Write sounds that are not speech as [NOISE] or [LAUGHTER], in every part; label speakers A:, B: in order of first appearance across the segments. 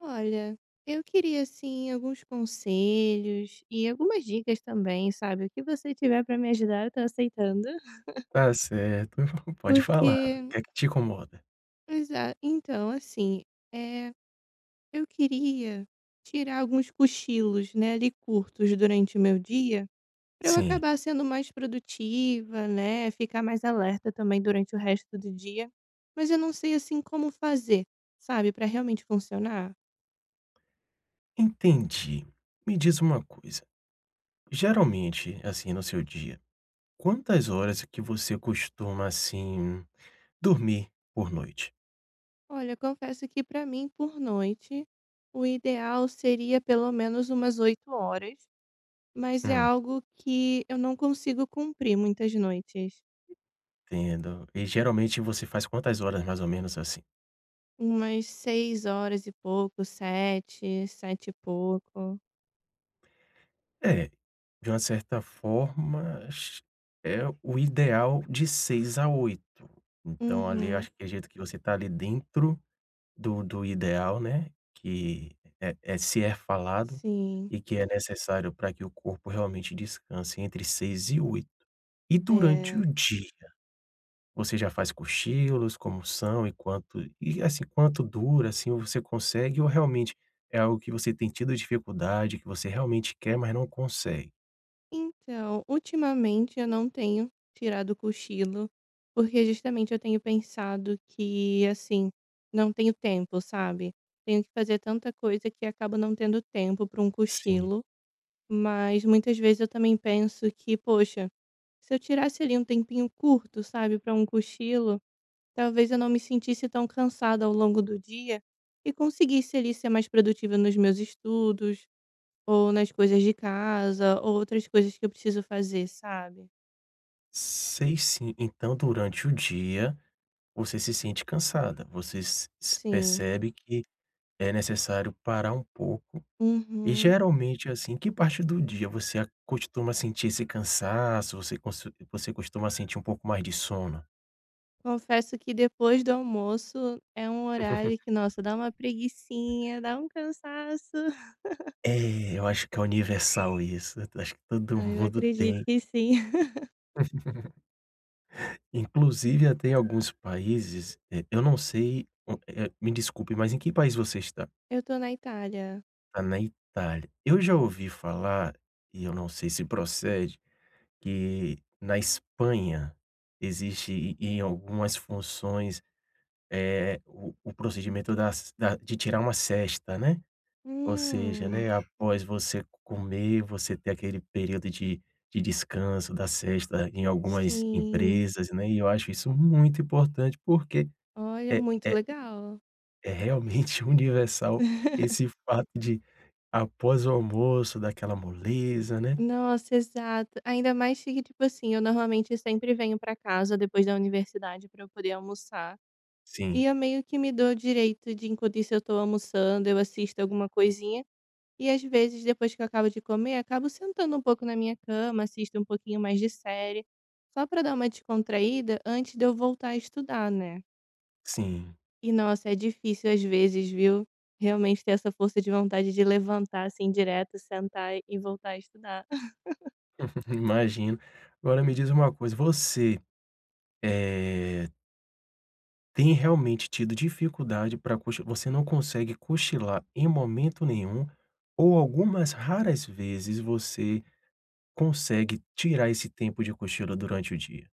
A: Olha, eu queria assim alguns conselhos e algumas dicas também, sabe? O que você tiver para me ajudar, eu tô aceitando. [LAUGHS]
B: Tá certo, [LAUGHS] pode
A: Porque,
B: falar, o que é que te incomoda?
A: então, assim, é, eu queria tirar alguns cochilos, né, ali curtos durante o meu dia, para eu
B: Sim,
A: acabar sendo mais produtiva, né, ficar mais alerta também durante o resto do dia. Mas eu não sei assim como fazer, sabe, para realmente funcionar.
B: entendi. Me diz uma coisa, geralmente, assim, no seu dia, quantas horas é que você costuma, assim, dormir por noite?
A: Olha, confesso que para mim, por noite, o ideal seria pelo menos umas 8 horas, mas é
B: Hum,
A: algo que eu não consigo cumprir muitas noites.
B: Entendo. E geralmente você faz quantas horas mais ou menos assim?
A: Umas 6 horas e pouco, 7, 7 e pouco.
B: É, de uma certa forma, ch é o ideal de 6 a oito, então ali eu
A: Uhum,
B: acho que é jeito que você tá ali dentro. Do ideal, né, que é se é falado
A: sim,
B: e que é necessário para que o corpo realmente descanse entre 6 e oito. E durante o
A: é.
B: dia, você já faz cochilos, como são e quanto e assim, quanto dura, assim, você consegue ou realmente é algo que você tem tido dificuldade, que você realmente quer, mas não consegue?
A: Então, ultimamente eu não tenho tirado cochilo, porque justamente eu tenho pensado que, assim, não tenho tempo, sabe? Tenho que fazer tanta coisa que acabo não tendo tempo para um
B: Sim.
A: cochilo. Mas muitas vezes eu também penso que, poxa, se eu tirasse ali um tempinho curto, sabe, para um cochilo, talvez eu não me sentisse tão cansada ao longo do dia e conseguisse ali ser mais produtiva nos meus estudos, ou nas coisas de casa, ou outras coisas que eu preciso fazer, sabe.
B: Sei sim. Então durante o dia, você se sente cansada, você se
A: Sim.
B: percebe que é necessário parar um pouco. E
A: Uhum.
B: geralmente, assim, que parte do dia você a costuma sentir esse cansaço, você consu você costuma sentir um pouco mais de sono?
A: Confesso que depois do almoço é um horário que, nossa, dá uma preguicinha, dá um cansaço. [LAUGHS]
B: É, eu acho que é universal isso, eu acho que todo [LAUGHS]
A: Ai, eu
B: mundo
A: acredito
B: tem.
A: que sim. [LAUGHS]
B: Inclusive até em alguns países, eu não sei, me desculpe, mas em que país você está?
A: Eu tô na Itália.
B: Tá na Itália. Eu já ouvi falar, e eu não sei se procede, que na Espanha existe e em algumas funções o procedimento das da de tirar uma sesta, né, ou seja,
A: Hum,
B: né, após você comer, você ter aquele período de descanso da sesta em algumas
A: sim.
B: empresas, né, e eu acho isso muito importante, porque
A: Olha,
B: é
A: muito
B: é
A: legal.
B: é realmente [LAUGHS] universal esse fato de após o almoço, daquela moleza, né.
A: Nossa, exato. Ainda mais que, tipo assim, eu normalmente sempre venho pra casa depois da universidade pra eu poder almoçar.
B: Sim,
A: E eu meio que me dou o direito de, enquanto isso eu tô almoçando, eu assisto alguma coisinha. E às vezes, depois que eu acabo de comer, acabo sentando um pouco na minha cama, assisto um pouquinho mais de série, só pra dar uma descontraída antes de eu voltar a estudar, né.
B: sim,
A: E nossa, é difícil às vezes, viu, realmente ter essa força de vontade de levantar, assim, direto, sentar e voltar a estudar.
B: [LAUGHS] imagino. Agora me diz uma coisa, você, eh tem realmente tido dificuldade para cochi você não consegue cochilar em momento nenhum, ou algumas raras vezes você consegue tirar esse tempo de cochilo durante o dia?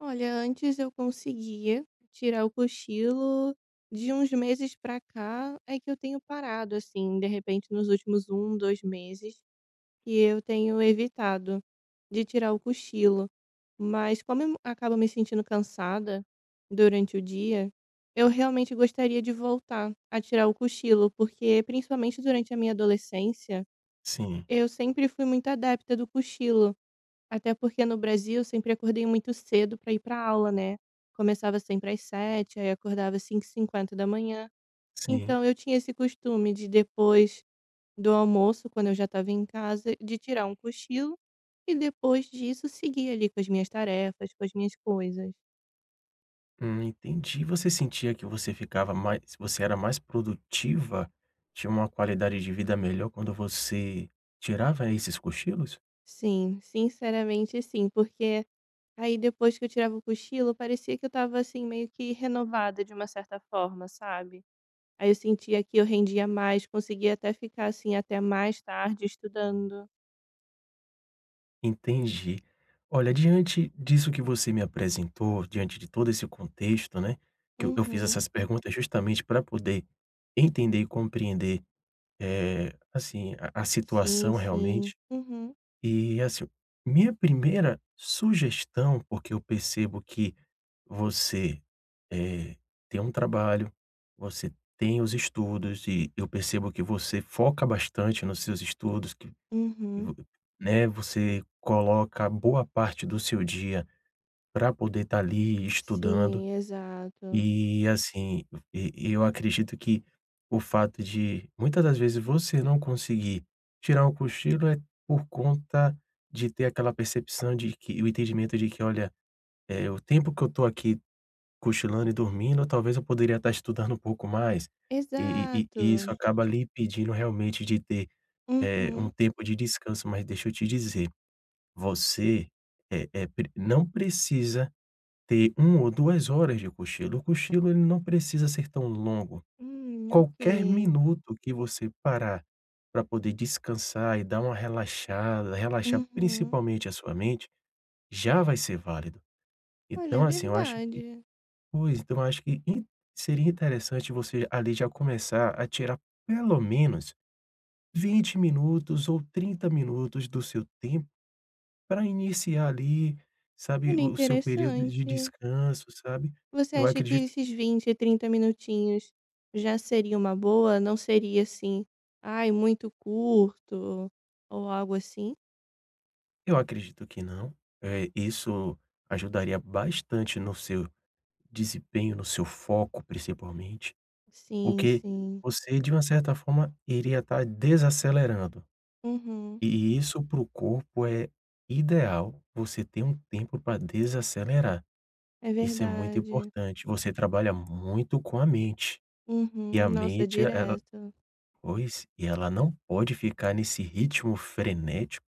A: Olha, antes eu conseguia tirar o cochilo. De uns meses pra cá é que eu tenho parado, assim, de repente nos últimos um, 2 meses, que eu tenho evitado de tirar o cochilo. Mas como eu acabo me sentindo cansada durante o dia, eu realmente gostaria de voltar a tirar o cochilo, porque principalmente durante a minha adolescência,
B: Sim,
A: eu sempre fui muito adepta do cochilo. Até porque no Brasil eu sempre acordei muito cedo para ir para aula, né. Começava sempre às 7h, aí acordava às 5:50 da manhã.
B: sim.
A: Então eu tinha esse costume de depois do almoço, quando eu já estava em casa, de tirar um cochilo e depois disso seguir ali com as minhas tarefas, com as minhas coisas.
B: Entendi. Você sentia que você ficava mais, você era mais produtiva, tinha uma qualidade de vida melhor quando você tirava esses cochilos?
A: Sim, sinceramente sim, porque aí depois que eu tirava o cochilo parecia que eu estava, assim, meio que renovada de uma certa forma, sabe. Aí eu sentia que eu rendia mais, conseguia até ficar, assim, até mais tarde estudando.
B: Entendi. Olha, diante disso que você me apresentou, diante de todo esse contexto, né, que eu fiz
A: Uhum.
B: essas perguntas justamente para poder entender e compreender, assim, a
A: Sim,
B: situação
A: sim.
B: realmente.
A: Uhum,
B: E, assim, minha primeira sugestão, porque eu percebo que você, eh, tem um trabalho, você tem os estudos e eu percebo que você foca bastante nos seus estudos, que e
A: uhum.
B: vo né, você coloca boa parte do seu dia para poder estar ali estudando.
A: Sim, exato.
B: E assim, e eu acredito que o fato de muitas das vezes você não conseguir tirar um cochilo é por conta de ter aquela percepção de que o entendimento de que: "Olha, o tempo que eu estou aqui cochilando e dormindo, talvez eu poderia estar estudando um pouco mais". E e
A: Exato.
B: e isso acaba lhe impedindo realmente de ter, um
A: Uhum.
B: tempo de descanso. Mas deixa eu te dizer você, pre não precisa ter um ou 2 horas de cochilo. O cochilo ele não precisa ser tão longo.
A: Ok.
B: Qualquer minuto que você parar para poder descansar e dar uma relaxada, relaxar
A: Uhum.
B: principalmente a sua mente, já vai ser válido.
A: Olha, é
B: Então, assim, eu acho que
A: verdade.
B: pois, então eu acho que in seria interessante você ali já começar a tirar pelo menos 20 minutos ou 30 minutos do seu tempo para iniciar ali, sabe,
A: Olha,
B: o seu período de
A: interessante.
B: descanso, sabe.
A: Você
B: Eu
A: acha que
B: acredito
A: esses 20, 30 minutinhos já seria uma boa? Não seria assim, ai, muito curto ou algo assim?
B: eu acredito que não, isso ajudaria bastante no seu desempenho, no seu foco principalmente,
A: Sim,
B: porque
A: sim.
B: você de uma certa forma iria estar desacelerando,
A: Uhum.
B: e isso para o corpo é ideal, você ter um tempo para desacelerar,
A: É
B: isso é muito
A: verdade.
B: importante. Você trabalha muito com a mente, e
A: Uhum.
B: a
A: Nossa,
B: mente ela
A: direto.
B: pois, e ela não pode ficar nesse ritmo frenético,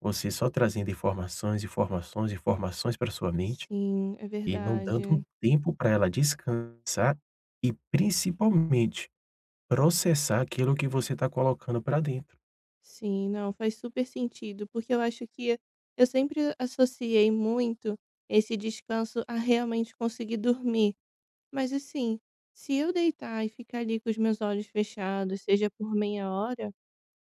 B: você só trazendo informações, informações, informações para sua mente
A: Sim, é
B: e não dando um
A: verdade.
B: tempo para ela descansar e principalmente processar aquilo que você está colocando para dentro.
A: Sim, não, faz super sentido, porque eu acho que eu sempre associei muito esse descanso a realmente conseguir dormir. Mas assim, se eu deitar e ficar ali com os meus olhos fechados, seja por meia hora,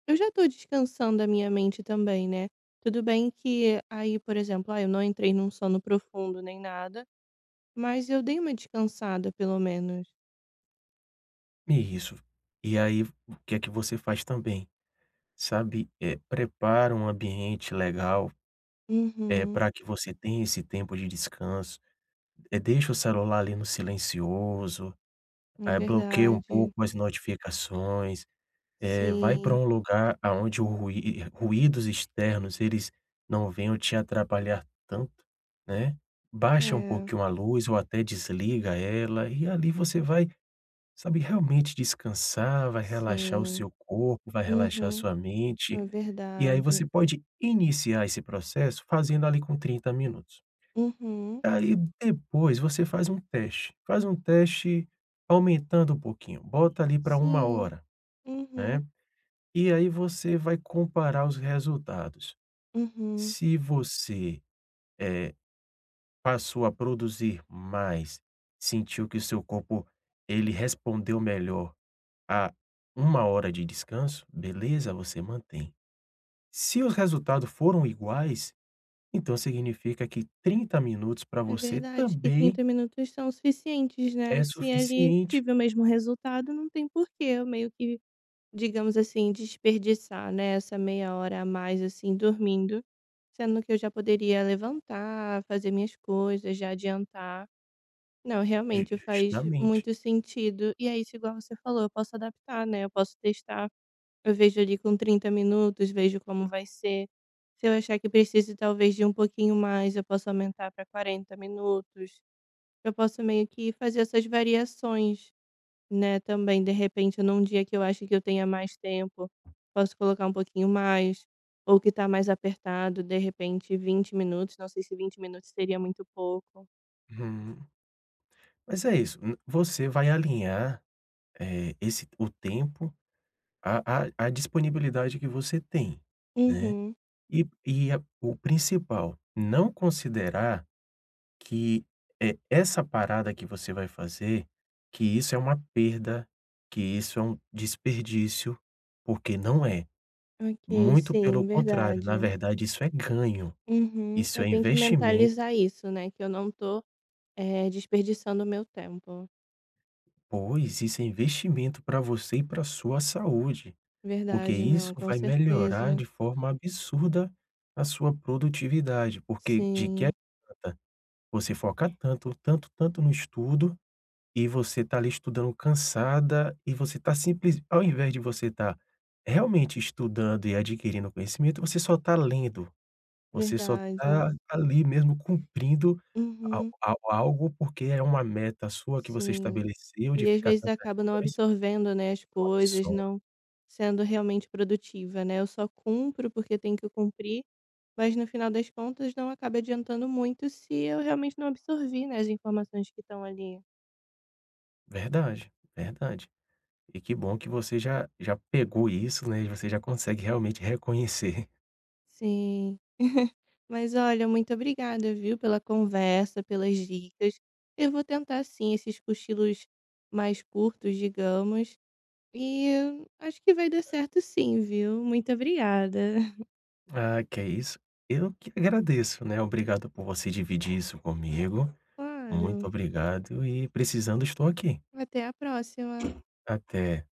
A: eu já tô descansando a minha mente também, né? Tudo bem que aí, por exemplo, ah, eu não entrei num sono profundo nem nada, mas eu dei uma descansada, pelo menos.
B: Isso. E aí, o que é que você faz também? Sabe, prepara um ambiente legal,
A: Uhum,
B: para que você tenha esse tempo de descanso, deixa o celular ali no silencioso.
A: é
B: Bloqueia um
A: verdade.
B: pouco as notificações, vai para
A: Sim,
B: um lugar aonde o rui ruídos externos, eles não venham te atrapalhar tanto, né. Baixa um
A: é,
B: pouquinho a luz ou até desliga ela, e ali você vai, sabe, realmente descansar, vai relaxar o
A: sim.
B: seu corpo, vai relaxar a
A: Uhum,
B: sua mente,
A: é
B: e aí
A: verdade.
B: você pode iniciar esse processo fazendo ali com 30 minutos.
A: Uhum,
B: Aí depois você faz um teste aumentando um pouquinho, bota ali para uma
A: sim.
B: hora,
A: Uhum,
B: né, e aí você vai comparar os resultados.
A: uhum.
B: Se você, eh, passou a produzir mais, sentiu que o seu corpo ele respondeu melhor a uma hora de descanso, beleza, você mantém. Se os resultados foram iguais, então significa que 30 minutos para
A: É
B: você
A: verdade que
B: também
A: 30 minutos são suficientes, né.
B: é
A: Se ali
B: suficiente.
A: tiver o mesmo resultado, não tem porquê eu meio que, digamos assim, desperdiçar, né, essa meia hora a mais, assim, dormindo, sendo que eu já poderia levantar, fazer minhas coisas, já adiantar. Não,
B: Ju
A: realmente faz
B: Justamente.
A: muito sentido. E é isso igual você falou, eu posso adaptar, né, eu posso testar. Eu vejo ali com 30 minutos, vejo como vai ser. Se eu achar que preciso talvez de um pouquinho mais, eu posso aumentar para 40 minutos. Eu posso meio que fazer essas variações, né, também. De repente, num dia que eu acho que eu tenha mais tempo, posso colocar um pouquinho mais. Ou que tá mais apertado, de repente 20 minutos. Não sei se 20 minutos seria muito pouco.
B: Uhum. Mas é isso, você vai alinhar, esse o tempo à disponibilidade que você tem, né.
A: Uhum.
B: E a o principal, não considerar que, é essa parada que você vai fazer, que isso é uma perda, que isso é um desperdício, porque não é.
A: Ok,
B: Muito
A: sim,
B: pelo contrário, na
A: verdade.
B: verdade isso é ganho,
A: Uhum.
B: isso
A: Eu
B: é
A: tenho que
B: investimento.
A: mentalizar isso, né, que eu não tô, eh, desperdiçando o meu tempo.
B: Pois, isso é investimento para você e para sua saúde, porque
A: Verdade,
B: isso
A: não, com
B: vai melhorar
A: certeza.
B: de forma absurda a sua produtividade, porque de que
A: Sim,
B: adianta você focar tanto, tanto, tanto no estudo e você tá ali estudando cansada e você tá simples ao invés de você tá realmente estudando e adquirindo conhecimento, você só tá lendo, você só
A: verdade.
B: tá ali mesmo cumprindo a
A: Uhum,
B: a algo porque é uma meta sua que você
A: sim.
B: estabeleceu de
A: E às
B: ficar
A: vezes
B: tantas
A: acabo não
B: horas
A: absorvendo, né, as coisas,
B: só.
A: não sendo realmente produtiva, né, eu só cumpro porque tenho que cumprir, mas no final das contas não acaba adiantando muito se eu realmente não absorvi, né, as informações que estão ali.
B: Verdade, verdade. E que bom que você já já pegou isso, né, e você já consegue realmente reconhecer. [LAUGHS]
A: Sim. [LAUGHS] Mas olha, muito obrigada, viu, pela conversa, pelas dicas. Eu vou tentar sim esses cochilos mais curtos, digamos, e acho que vai dar certo sim, viu? Muito obrigada. [LAUGHS]
B: Ah, que é isso. Eu que agradeço, né, obrigado por você dividir isso comigo. Muito
A: Claro.
B: obrigado e precisando estou aqui.
A: Até a próxima.
B: Até.